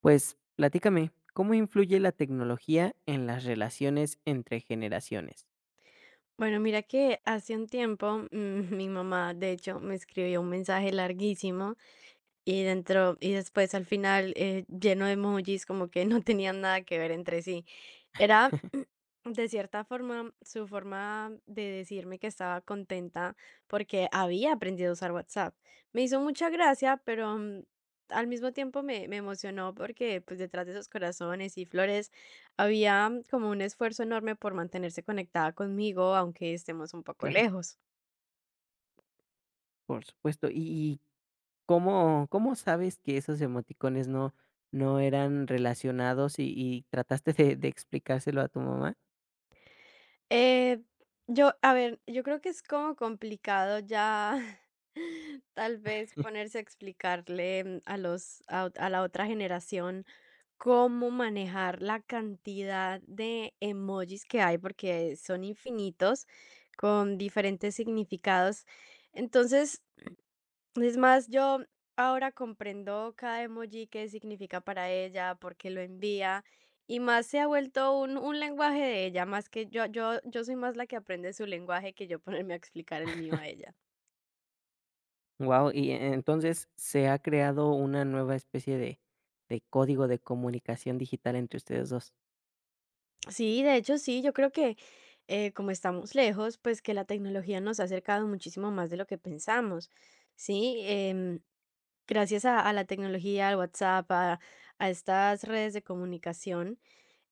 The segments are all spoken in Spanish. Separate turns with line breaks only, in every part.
Pues platícame, ¿cómo influye la tecnología en las relaciones entre generaciones?
Bueno, mira que hace un tiempo, mi mamá, de hecho, me escribió un mensaje larguísimo y dentro y después al final lleno de emojis como que no tenían nada que ver entre sí. Era de cierta forma, su forma de decirme que estaba contenta porque había aprendido a usar WhatsApp. Me hizo mucha gracia, pero al mismo tiempo me emocionó porque pues detrás de esos corazones y flores había como un esfuerzo enorme por mantenerse conectada conmigo, aunque estemos un poco
Claro.
lejos.
Por supuesto, ¿y cómo sabes que esos emoticones no no eran relacionados y trataste de explicárselo a tu mamá?
Eh, yo, a ver, yo creo que es como complicado ya tal vez ponerse a explicarle a los, a ot- a la otra generación cómo manejar la cantidad de emojis que hay, porque son infinitos, con diferentes significados. Entonces, es más, yo ahora comprendo cada emoji, qué significa para ella, por qué lo envía, y más se ha vuelto un lenguaje de ella, más que yo soy más la que aprende su lenguaje que yo ponerme a explicar el mío a ella.
Wow. Entonces, ¿se ha creado una nueva especie de código de comunicación digital entre ustedes dos?
Sí, de hecho, sí, yo creo que como estamos lejos, pues que la tecnología nos ha acercado muchísimo más de lo que pensamos, ¿sí? Gracias a la tecnología, al WhatsApp, a estas redes de comunicación.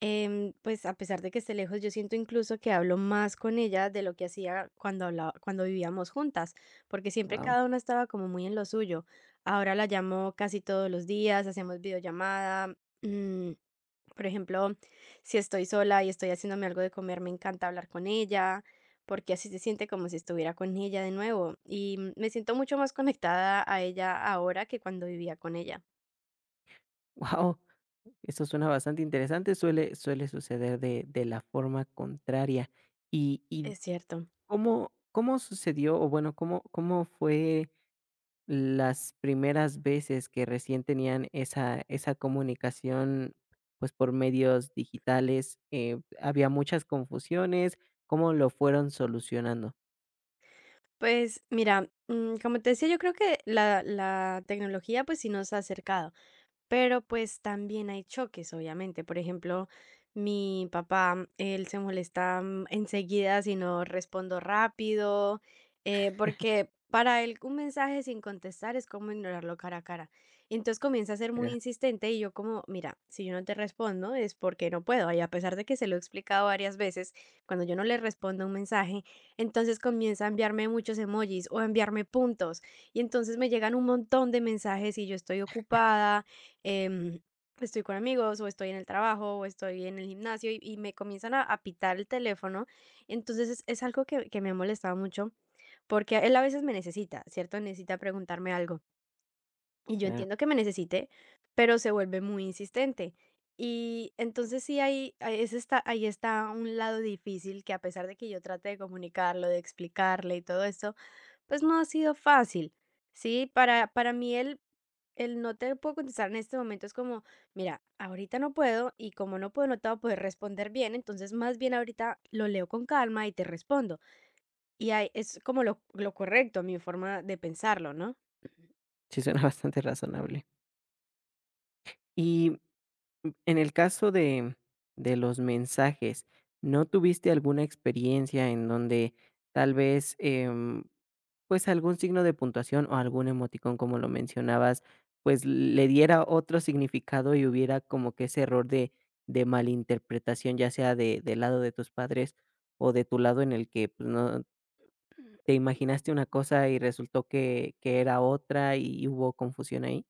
Pues a pesar de que esté lejos, yo siento incluso que hablo más con ella de lo que hacía cuando hablaba, cuando vivíamos juntas, porque siempre
Wow.
cada una estaba como muy en lo suyo. Ahora la llamo casi todos los días, hacemos videollamada. mm, por ejemplo, si estoy sola y estoy haciéndome algo de comer, me encanta hablar con ella, porque así se siente como si estuviera con ella de nuevo. Y me siento mucho más conectada a ella ahora que cuando vivía con ella.
Wow, eso suena bastante interesante, suele suceder de la forma contraria. Y
Es cierto.
¿cómo sucedió? O bueno, ¿cómo fue las primeras veces que recién tenían esa comunicación, pues, por medios digitales? ¿Había muchas confusiones? ¿Cómo lo fueron solucionando?
Pues mira, como te decía, yo creo que la tecnología pues sí nos ha acercado. Pero pues también hay choques, obviamente. Por ejemplo, mi papá, él se molesta enseguida si no respondo rápido, porque para él un mensaje sin contestar es como ignorarlo cara a cara. Entonces comienza a ser muy
Claro,
insistente y yo como, mira, si yo no te respondo es porque no puedo. Y a pesar de que se lo he explicado varias veces, cuando yo no le respondo un mensaje, entonces comienza a enviarme muchos emojis o a enviarme puntos. Y entonces me llegan un montón de mensajes y yo estoy ocupada, em, estoy con amigos o estoy en el trabajo o estoy en el gimnasio y me comienzan a pitar el teléfono. Entonces es algo que me ha molestado mucho porque él a veces me necesita, ¿cierto? Necesita preguntarme algo y yo
claro.
entiendo que me necesite, pero se vuelve muy insistente. Y entonces sí, ahí está un lado difícil que a pesar de que yo trate de comunicarlo, de explicarle y todo esto, pues no ha sido fácil, ¿sí? Para mí el no te puedo contestar en este momento es como, mira, ahorita no puedo y como no puedo no te voy a poder responder bien, entonces más bien ahorita lo leo con calma y te respondo. Y ahí es como lo correcto, mi forma de pensarlo, ¿no?
Sí, suena bastante razonable. Y, en el caso de los mensajes, ¿no tuviste alguna experiencia en donde tal vez, pues, algún signo de puntuación o algún emoticón, como lo mencionabas, pues, le diera otro significado y hubiera como que ese error de malinterpretación, ya sea de del lado de tus padres o de tu lado, en el que, pues, no te imaginaste una cosa y resultó que era otra y hubo confusión ahí?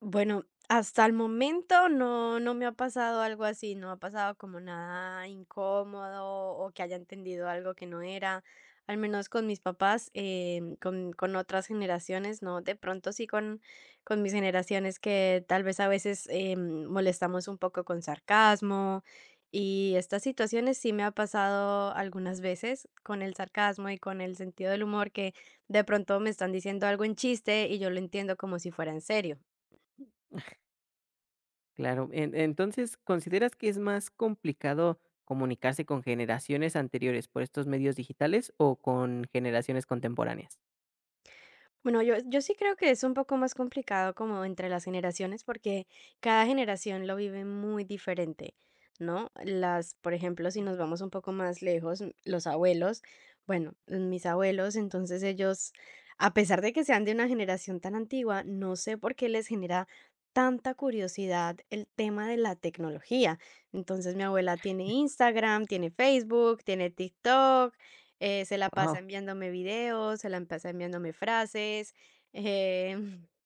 Bueno, hasta el momento no, no me ha pasado algo así, no ha pasado como nada incómodo o que haya entendido algo que no era, al menos con mis papás. Con otras generaciones, ¿no? De pronto sí con mis generaciones que tal vez a veces molestamos un poco con sarcasmo y estas situaciones sí me ha pasado algunas veces con el sarcasmo y con el sentido del humor, que de pronto me están diciendo algo en chiste y yo lo entiendo como si fuera en serio.
Claro, en entonces, ¿consideras que es más complicado comunicarse con generaciones anteriores por estos medios digitales o con generaciones contemporáneas?
Bueno, yo sí creo que es un poco más complicado como entre las generaciones, porque cada generación lo vive muy diferente, ¿no? Las, por ejemplo, si nos vamos un poco más lejos, los abuelos, bueno, mis abuelos, entonces ellos, a pesar de que sean de una generación tan antigua, no sé por qué les genera tanta curiosidad el tema de la tecnología. Entonces, mi abuela tiene Instagram, tiene Facebook, tiene TikTok, se la pasa
Wow.
enviándome videos, se la pasa enviándome frases, em,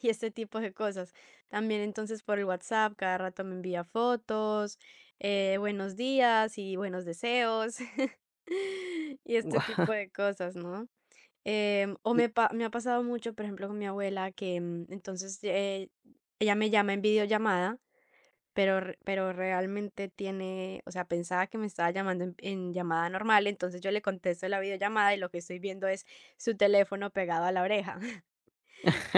y este tipo de cosas. También entonces por el WhatsApp cada rato me envía fotos, buenos días y buenos deseos y este
Wow.
tipo de cosas, ¿no? Me ha pasado mucho, por ejemplo, con mi abuela, que entonces ella me llama en videollamada, pero realmente tiene, o sea, pensaba que me estaba llamando en llamada normal, entonces yo le contesto la videollamada y lo que estoy viendo es su teléfono pegado a la oreja.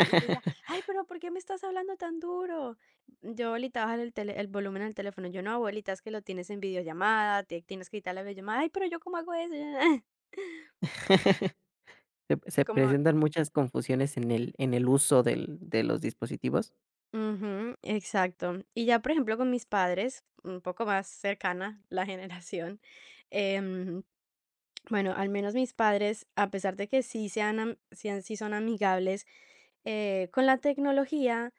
Y entonces ya: "Ay, pero ¿por qué me estás hablando tan duro?". Yo: "Abuelita, bájale el volumen al teléfono". Yo: "No, abuelita, es que lo tienes en videollamada, ti tienes que quitar la videollamada". "Ay, pero ¿yo cómo hago eso?".
¿Se
Como
presentan muchas confusiones en el uso del de los dispositivos?
ujú, exacto. Y ya, por ejemplo, con mis padres, un poco más cercana la generación. em Bueno, al menos mis padres, a pesar de que sí son amigables con la tecnología,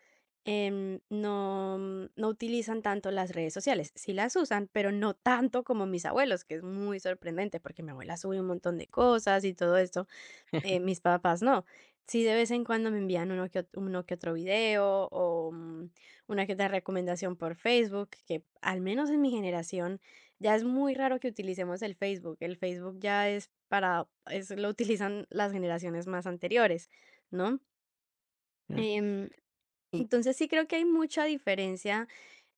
no utilizan tanto las redes sociales. Sí las usan, pero no tanto como mis abuelos, que es muy sorprendente porque mi abuela sube un montón de cosas y todo esto. Mis papás no. Sí, de vez en cuando me envían uno que otro video o una que otra recomendación por Facebook, que al menos en mi generación ya es muy raro que utilicemos el Facebook. El Facebook ya es para, es, lo utilizan las generaciones más anteriores, ¿no?
Mm,
Em,
y
entonces sí creo que hay mucha diferencia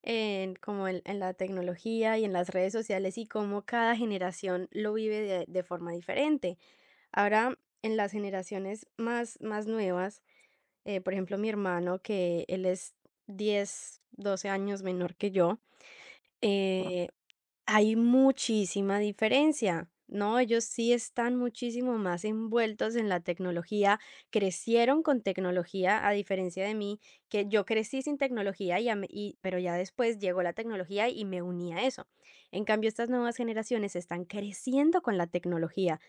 en la tecnología y en las redes sociales, y cómo cada generación lo vive de forma diferente. Ahora, en las generaciones más nuevas, por ejemplo, mi hermano, que él es 10 o 12 años menor que yo,
Guau.
eh, hay muchísima diferencia, ¿no? Ellos sí están muchísimo más envueltos en la tecnología, crecieron con tecnología, a diferencia de mí, que yo crecí sin tecnología, pero ya después llegó la tecnología y me uní a eso. En cambio, estas nuevas generaciones están creciendo con la tecnología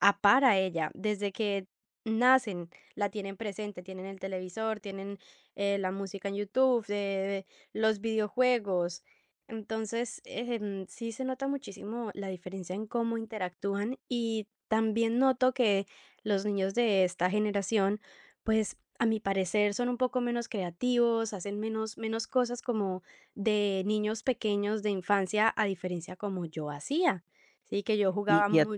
a ella, desde que nacen la tienen presente, tienen el televisor, tienen, la música en YouTube, los videojuegos. Entonces, sí se nota muchísimo la diferencia en cómo interactúan y también noto que los niños de esta generación, pues, a mi parecer, son un poco menos creativos, hacen menos cosas como de niños pequeños de infancia, a diferencia como yo hacía, ¿sí? Que yo jugaba
Y at
mu—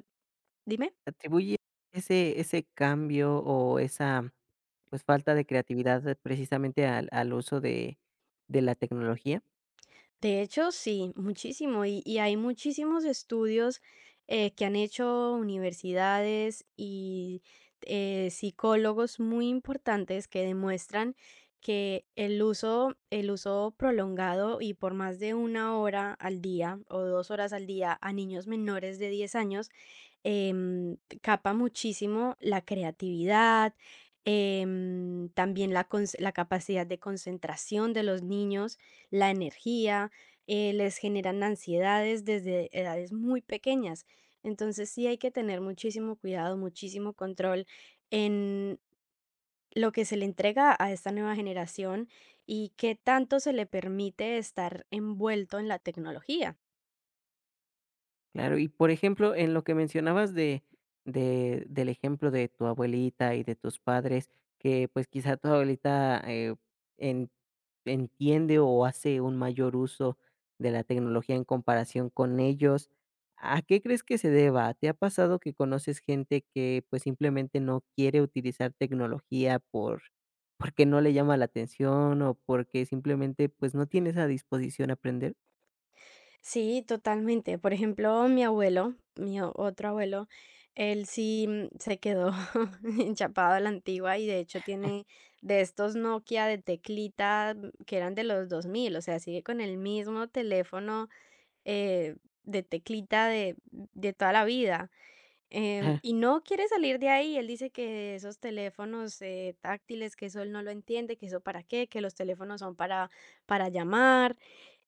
¿Dime?
¿Atribuye ese cambio o esa, pues, falta de creatividad, precisamente al uso de la tecnología?
De hecho, sí, muchísimo. Y hay muchísimos estudios que han hecho universidades y psicólogos muy importantes que demuestran que el uso prolongado y por más de una hora al día o 2 horas al día a niños menores de 10 años capa muchísimo la creatividad, la capacidad de concentración de los niños, la energía, les generan ansiedades desde edades muy pequeñas. Entonces sí hay que tener muchísimo cuidado, muchísimo control en lo que se le entrega a esta nueva generación y qué tanto se le permite estar envuelto en la tecnología.
Claro, y por ejemplo, en lo que mencionabas de del ejemplo de tu abuelita y de tus padres, que, pues, quizá tu abuelita, en entiende o hace un mayor uso de la tecnología en comparación con ellos, ¿a qué crees que se deba? ¿Te ha pasado que conoces gente que, pues, simplemente no quiere utilizar tecnología porque no le llama la atención, o porque simplemente, pues, no tiene esa disposición a aprender?
Sí, totalmente. Por ejemplo, mi abuelo, mi o- otro abuelo, él sí se quedó enchapado a la antigua y de hecho tiene de estos Nokia de teclita que eran de los 2000, o sea, sigue con el mismo teléfono eh, de teclita de toda la vida. Y no quiere salir de ahí. Él dice que esos teléfonos táctiles, que eso él no lo entiende, que eso para qué, que los teléfonos son para llamar.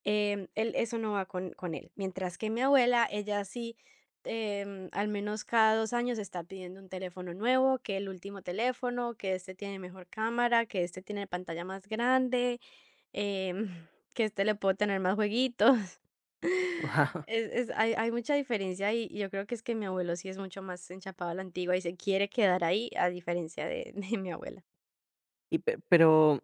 Él, eso no va con él. Mientras que mi abuela, ella sí, al menos cada 2 años está pidiendo un teléfono nuevo, que el último teléfono, que este tiene mejor cámara, que este tiene pantalla más grande, em, que este le puedo tener más jueguitos.
Sí.
Es es Hay mucha diferencia y yo creo que es que mi abuelo sí es mucho más enchapado a la antigua y se quiere quedar ahí, a diferencia de de mi abuela.
Y pe Pero,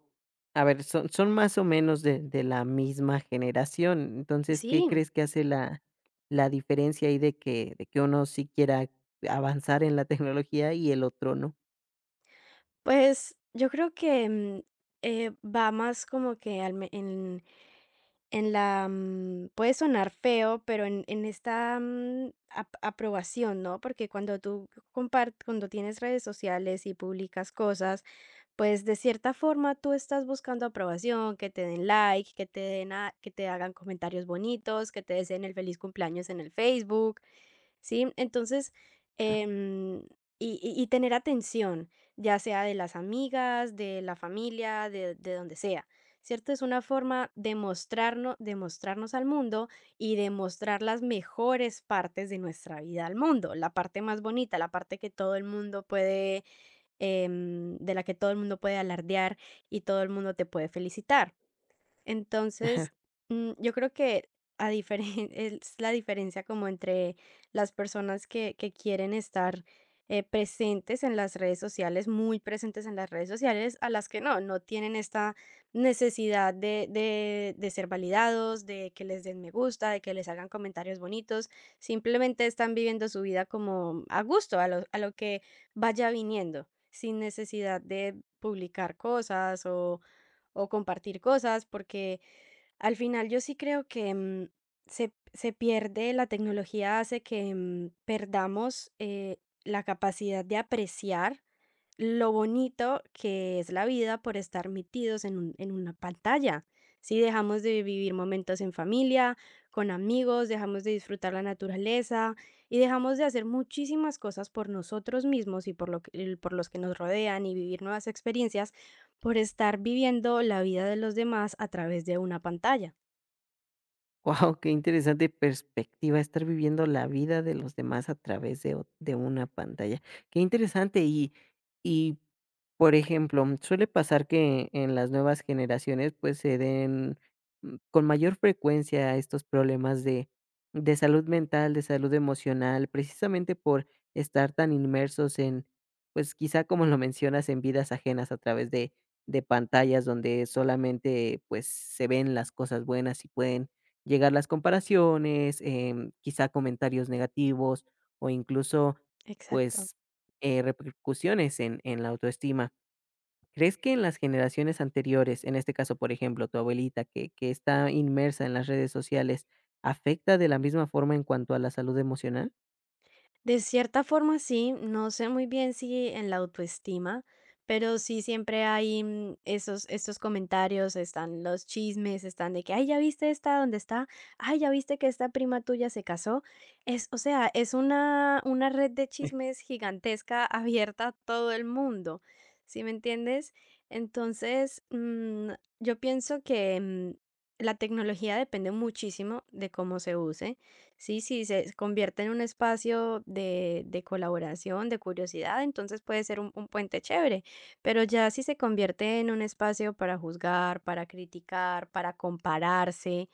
a ver, son más o menos de la misma generación. Entonces, ¿qué
Sí,
crees que hace la diferencia ahí, de que uno sí quiera avanzar en la tecnología y el otro no?
pues, yo creo que, va más como que al me en puede sonar feo, pero en esta, mm, ap aprobación, ¿no? Porque cuando tú compar cuando tienes redes sociales y publicas cosas, pues, de cierta forma, tú estás buscando aprobación, que te den like, que te hagan comentarios bonitos, que te deseen el feliz cumpleaños en el Facebook, ¿sí? Entonces, em, y tener atención, ya sea de las amigas, de la familia, de donde sea, ¿cierto? Es una forma de mostrarnos al mundo y de mostrar las mejores partes de nuestra vida al mundo, la parte más bonita, la parte que todo el mundo puede em, de la que todo el mundo puede alardear y todo el mundo te puede felicitar. Entonces, yo creo que a diferen es la diferencia como entre las personas que quieren estar, presentes en las redes sociales, muy presentes en las redes sociales, a las que no, no tienen esta necesidad de ser validados, de que les den me gusta, de que les hagan comentarios bonitos, simplemente están viviendo su vida como a gusto, a lo que vaya viniendo, sin necesidad de publicar cosas o compartir cosas, porque al final, yo sí creo que, mm, se se pierde la tecnología hace que, perdamos, la capacidad de apreciar lo bonito que es la vida por estar metidos en un en una pantalla. Si dejamos de vivir momentos en familia, con amigos, dejamos de disfrutar la naturaleza y dejamos de hacer muchísimas cosas por nosotros mismos y por lo que por los que nos rodean, y vivir nuevas experiencias por estar viviendo la vida de los demás a través de una pantalla.
Wow, qué interesante perspectiva, estar viviendo la vida de los demás a través de una pantalla. Qué interesante. Y, por ejemplo, suele pasar que en las nuevas generaciones, pues, se den, con mayor frecuencia estos problemas de salud mental, de salud emocional, precisamente por estar tan inmersos en, pues, quizá, como lo mencionas, en vidas ajenas a través de pantallas, donde solamente, pues, se ven las cosas buenas y pueden llegar las comparaciones, quizá comentarios negativos o incluso,
Exacto.
pues, repercusiones en la autoestima. ¿Crees que en las generaciones anteriores, en este caso, por ejemplo, tu abuelita, que está inmersa en las redes sociales, afecta de la misma forma en cuanto a la salud emocional?
De cierta forma, sí, no sé muy bien si en la autoestima, pero sí siempre hay estos comentarios, están los chismes, están de que, ay, ya viste esta dónde está, ay, ya viste que esta prima tuya se casó. Es una red de chismes gigantesca abierta a todo el mundo, ¿sí me entiendes? Entonces, yo pienso que la tecnología depende muchísimo de cómo se use. Sí, se convierte en un espacio de colaboración, de curiosidad, entonces puede ser un puente chévere, pero ya si se convierte en un espacio para juzgar, para criticar, para compararse,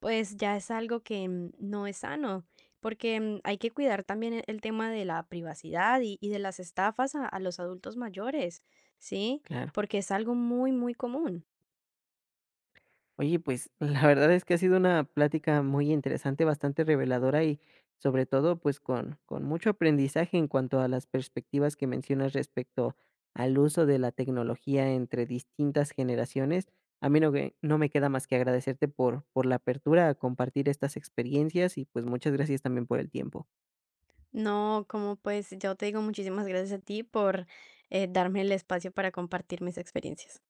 pues ya es algo que no es sano, porque hay que cuidar también el tema de la privacidad y de las estafas a los adultos mayores, ¿sí?
Claro.
Porque es algo muy, muy común.
Oye, pues la verdad es que ha sido una plática muy interesante, bastante reveladora, y sobre todo pues con mucho aprendizaje en cuanto a las perspectivas que mencionas respecto al uso de la tecnología entre distintas generaciones. A mí no no me queda más que agradecerte por la apertura a compartir estas experiencias, y pues muchas gracias también por el tiempo.
No, como pues yo te digo muchísimas gracias a ti por darme el espacio para compartir mis experiencias.